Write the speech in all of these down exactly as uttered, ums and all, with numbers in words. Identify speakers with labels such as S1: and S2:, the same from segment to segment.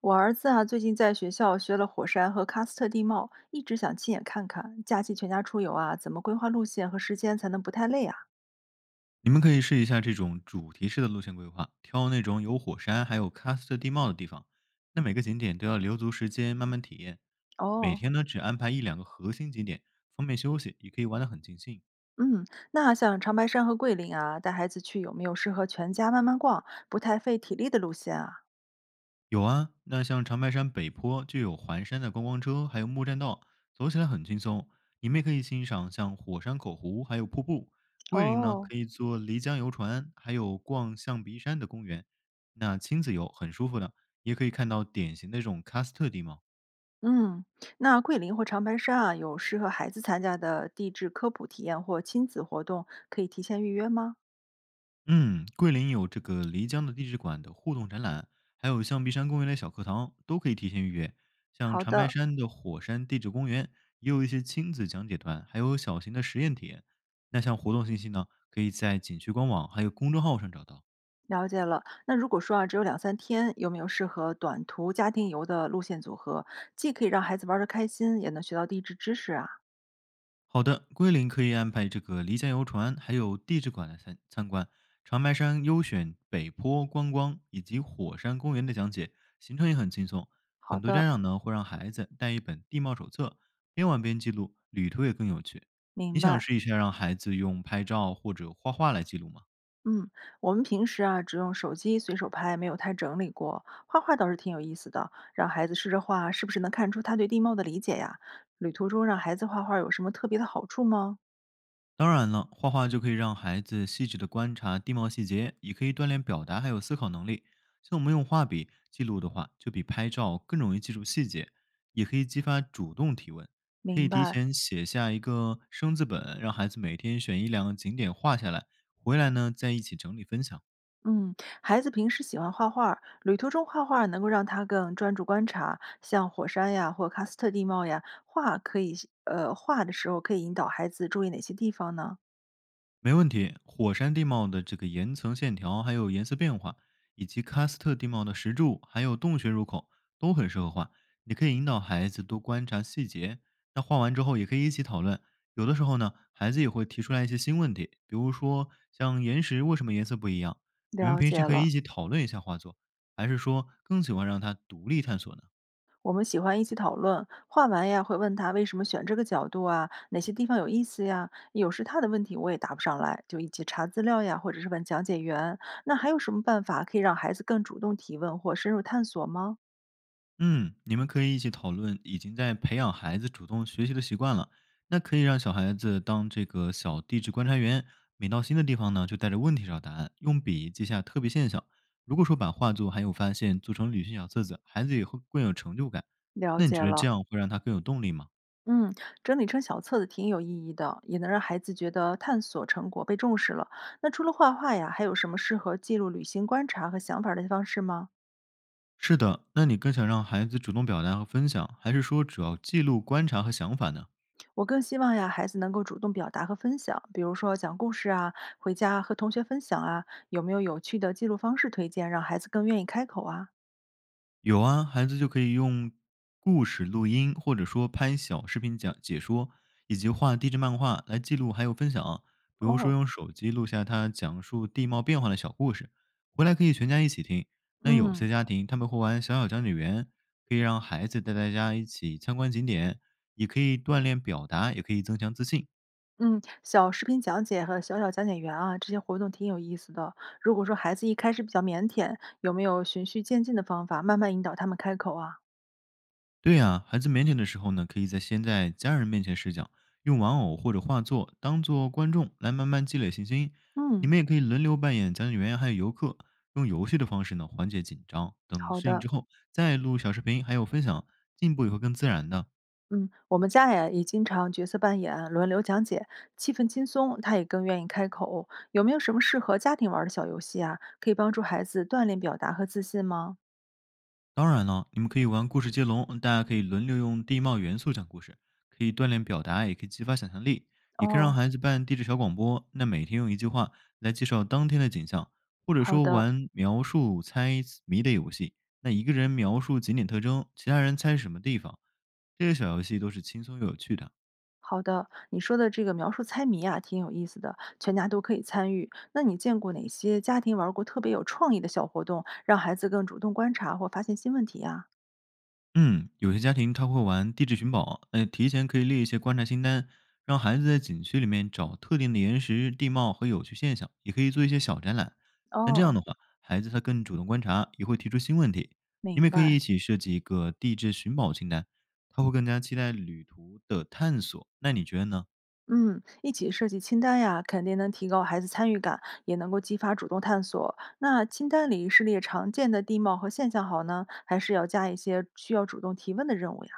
S1: 我儿子啊，最近在学校学了火山和喀斯特地貌，一直想亲眼看看。假期全家出游啊，怎么规划路线和时间才能不太累啊？
S2: 你们可以试一下这种主题式的路线规划，挑那种有火山还有喀斯特地貌的地方。那每个景点都要留足时间慢慢体验，每
S1: 哦。
S2: 天呢只安排一两个核心景点，方便休息，也可以玩得很尽兴。
S1: 嗯。那像长白山和桂林啊，带孩子去有没有适合全家慢慢逛、不太费体力的路线啊？
S2: 有啊，那像长白山北坡就有环山的观光车，还有木栈道，走起来很轻松。你们也可以欣赏像火山口湖，还有瀑布。桂林呢，
S1: 哦。
S2: 可以坐漓江游船，还有逛象鼻山的公园。那亲子游很舒服的，也可以看到典型的这种喀斯特地貌。
S1: 嗯。那桂林或长白山啊，有适合孩子参加的地质科普体验或亲子活动，可以提前预约吗？
S2: 嗯，桂林有这个漓江的地质馆的互动展览，还有象鼻山公园的小课堂，都可以提前预约。像
S1: 好
S2: 长白
S1: 的。
S2: 山的火山地质公园，也有一些亲子讲解团，还有小型的实验体验。那像活动信息呢，可以在景区官网还有公众号上找到。
S1: 了解了。那如果说啊，只有两三天，有没有适合短途家庭游的路线组合？既可以让孩子玩得开心，也能学到地质知识啊？
S2: 好的，桂林可以安排这个离家游船，还有地质馆来参参观。长白山优选北坡观光以及火山公园的讲解，行程也很轻松。
S1: 好
S2: 很多
S1: 的。
S2: 家长呢会让孩子带一本地貌手册，边玩边记录，旅途也更有趣。你
S1: 明
S2: 想
S1: 白。
S2: 试一下让孩子用拍照或者画画来记录吗？
S1: 嗯，我们平时啊，只用手机随手拍，没有太整理过。画画倒是挺有意思的，让孩子试着画，是不是能看出他对地貌的理解呀？旅途中让孩子画画有什么特别的好处吗？
S2: 当然了，画画就可以让孩子细致的观察地貌细节，也可以锻炼表达还有思考能力。像我们用画笔记录的话，就比拍照更容易记住细节，也可以激发主动提问。可
S1: 明
S2: 以提
S1: 白。
S2: 前写下一个生字本，让孩子每天选一两个景点画下来，回来呢再一起整理分享。
S1: 嗯，孩子平时喜欢画画，旅途中画画能够让他更专注观察，像火山呀或喀斯特地貌呀，画可以是呃，画的时候可以引导孩子注意哪些地方呢？
S2: 没问题。火山地貌的这个岩层线条，还有颜色变化，以及喀斯特地貌的石柱，还有洞穴入口，都很适合画。你可以引导孩子多观察细节，那画完之后也可以一起讨论。有的时候呢，孩子也会提出来一些新问题，比如说像岩石为什么颜色不一样？你们
S1: 了
S2: 平时
S1: 解
S2: 可以
S1: 了。
S2: 一起讨论一下画作，还是说更喜欢让他独立探索呢？
S1: 我们喜欢一起讨论，画完呀会问他为什么选这个角度啊，哪些地方有意思呀。有时他的问题我也答不上来，就一起查资料呀，或者是问讲解员。那还有什么办法可以让孩子更主动提问或深入探索吗？
S2: 嗯，你们可以一起讨论已经在培养孩子主动学习的习惯了。那可以让小孩子当这个小地质观察员，每到新的地方呢，就带着问题找答案，用笔记下特别现象。如果说把画作还有发现做成旅行小册子，孩子也会更有成就感。
S1: 了
S2: 那你
S1: 解
S2: 觉得这
S1: 了。
S2: 样会让他更有动力吗？
S1: 嗯，整理成小册子挺有意义的，也能让孩子觉得探索成果被重视了。那除了画画呀，还有什么适合记录旅行观察和想法儿的方式吗？
S2: 是的，那你更想让孩子主动表达和分享，还是说主要记录观察和想法呢？
S1: 我更希望呀，孩子能够主动表达和分享，比如说讲故事啊，回家和同学分享啊，有没有有趣的记录方式推荐，让孩子更愿意开口啊？
S2: 有啊，孩子就可以用故事录音，或者说拍小视频讲解说，以及画地质漫画来记录还有分享。比如说
S1: 哦。
S2: 用手机录下他讲述地貌变化的小故事，回来可以全家一起听。那有
S1: 嗯
S2: 些家庭他们会玩小小讲解员，可以让孩子带大家一起参观景点，也可以锻炼表达，也可以增强自信。
S1: 嗯，小视频讲解和小小讲解员啊，这些活动挺有意思的。如果说孩子一开始比较腼腆，有没有循序渐进的方法，慢慢引导他们开口啊？
S2: 对呀、孩子腼腆的时候呢，可以在先在家人面前试讲，用玩偶或者画作当做观众来慢慢积累信心。你
S1: 嗯。
S2: 们也可以轮流扮演讲解员还有游客，用游戏的方式呢缓解紧张。等
S1: 好
S2: 适应
S1: 的。
S2: 之后，再录小视频还有分享，进步也会更自然的。
S1: 嗯，我们家呀也经常角色扮演，轮流讲解，气氛轻松，他也更愿意开口。有没有什么适合家庭玩儿的小游戏啊？可以帮助孩子锻炼表达和自信吗？
S2: 当然了，你们可以玩故事接龙，大家可以轮流用地貌元素讲故事，可以锻炼表达，也可以激发想象力，也可以让
S1: 哦。
S2: 孩子办地质小广播。那每天用一句话来介绍当天的景象，或者
S1: 好
S2: 说
S1: 的。
S2: 玩描述猜谜的游戏。那一个人描述景点特征，其他人猜是什么地方。这些小游戏都是轻松又有趣的。
S1: 好的。你说的这个描述猜谜啊，挺有意思的，全家都可以参与。那你见过哪些家庭玩过特别有创意的小活动，让孩子更主动观察或发现新问题啊？
S2: 嗯，有些家庭他会玩地质寻宝，呃，提前可以列一些观察清单，让孩子在景区里面找特定的岩石、地貌和有趣现象，也可以做一些小展览。那这样
S1: 哦。
S2: 的话，孩子他更主动观察，也会提出新问题。你们
S1: 明
S2: 也可以一
S1: 白。
S2: 起设计一个地质寻宝清单，他会更加期待旅途的探索。那你觉得呢？
S1: 嗯，一起设计清单呀，肯定能提高孩子参与感，也能够激发主动探索。那清单里是列常见的地貌和现象好呢，还是要加一些需要主动提问的任务呀？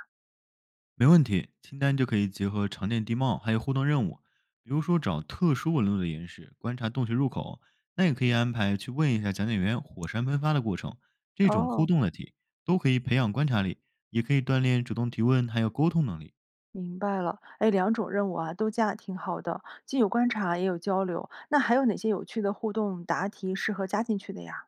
S2: 没问题，清单就可以结合常见地貌，还有互动任务，比如说找特殊纹路的岩石，观察洞穴入口。那也可以安排去问一下讲解员火山喷发的过程，这种互
S1: 哦。
S2: 动的题都可以培养观察力，也可以锻炼主动提问还有沟通能力。
S1: 明白了，哎，两种任务啊都加挺好的，既有观察也有交流。那还有哪些有趣的互动答题适合加进去的呀？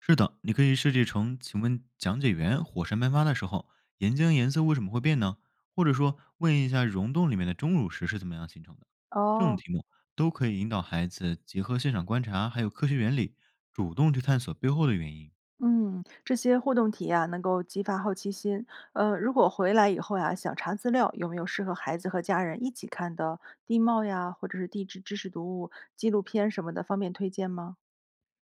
S2: 是的，你可以设计成，请问讲解员火山喷发的时候，岩浆颜色为什么会变呢？或者说问一下溶洞里面的钟乳石是怎么样形成的？这种
S1: 哦。
S2: 题目都可以引导孩子结合现场观察，还有科学原理，主动去探索背后的原因。
S1: 嗯，这些互动题啊，能够激发好奇心。呃，如果回来以后呀、想查资料，有没有适合孩子和家人一起看的地貌呀，或者是地质知识读物、纪录片什么的，方便推荐吗？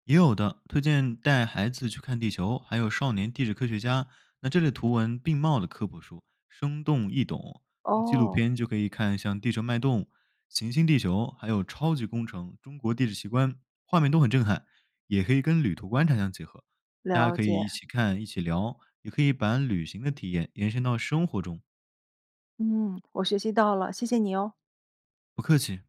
S2: 也有的推荐带孩子去看《地球》，还有《少年地质科学家》。那这类图文并茂的科普书，生动易懂。纪录
S1: 哦。
S2: 片就可以看像《地球脉动》《行星地球》，还有《超级工程》《中国地质奇观》，画面都很震撼。也可以跟旅途观察相结合，大家
S1: 了
S2: 可
S1: 解。
S2: 以一起看，一起聊，也可以把旅行的体验延伸到生活中。
S1: 嗯，我学习到了，谢谢你哦。
S2: 不客气。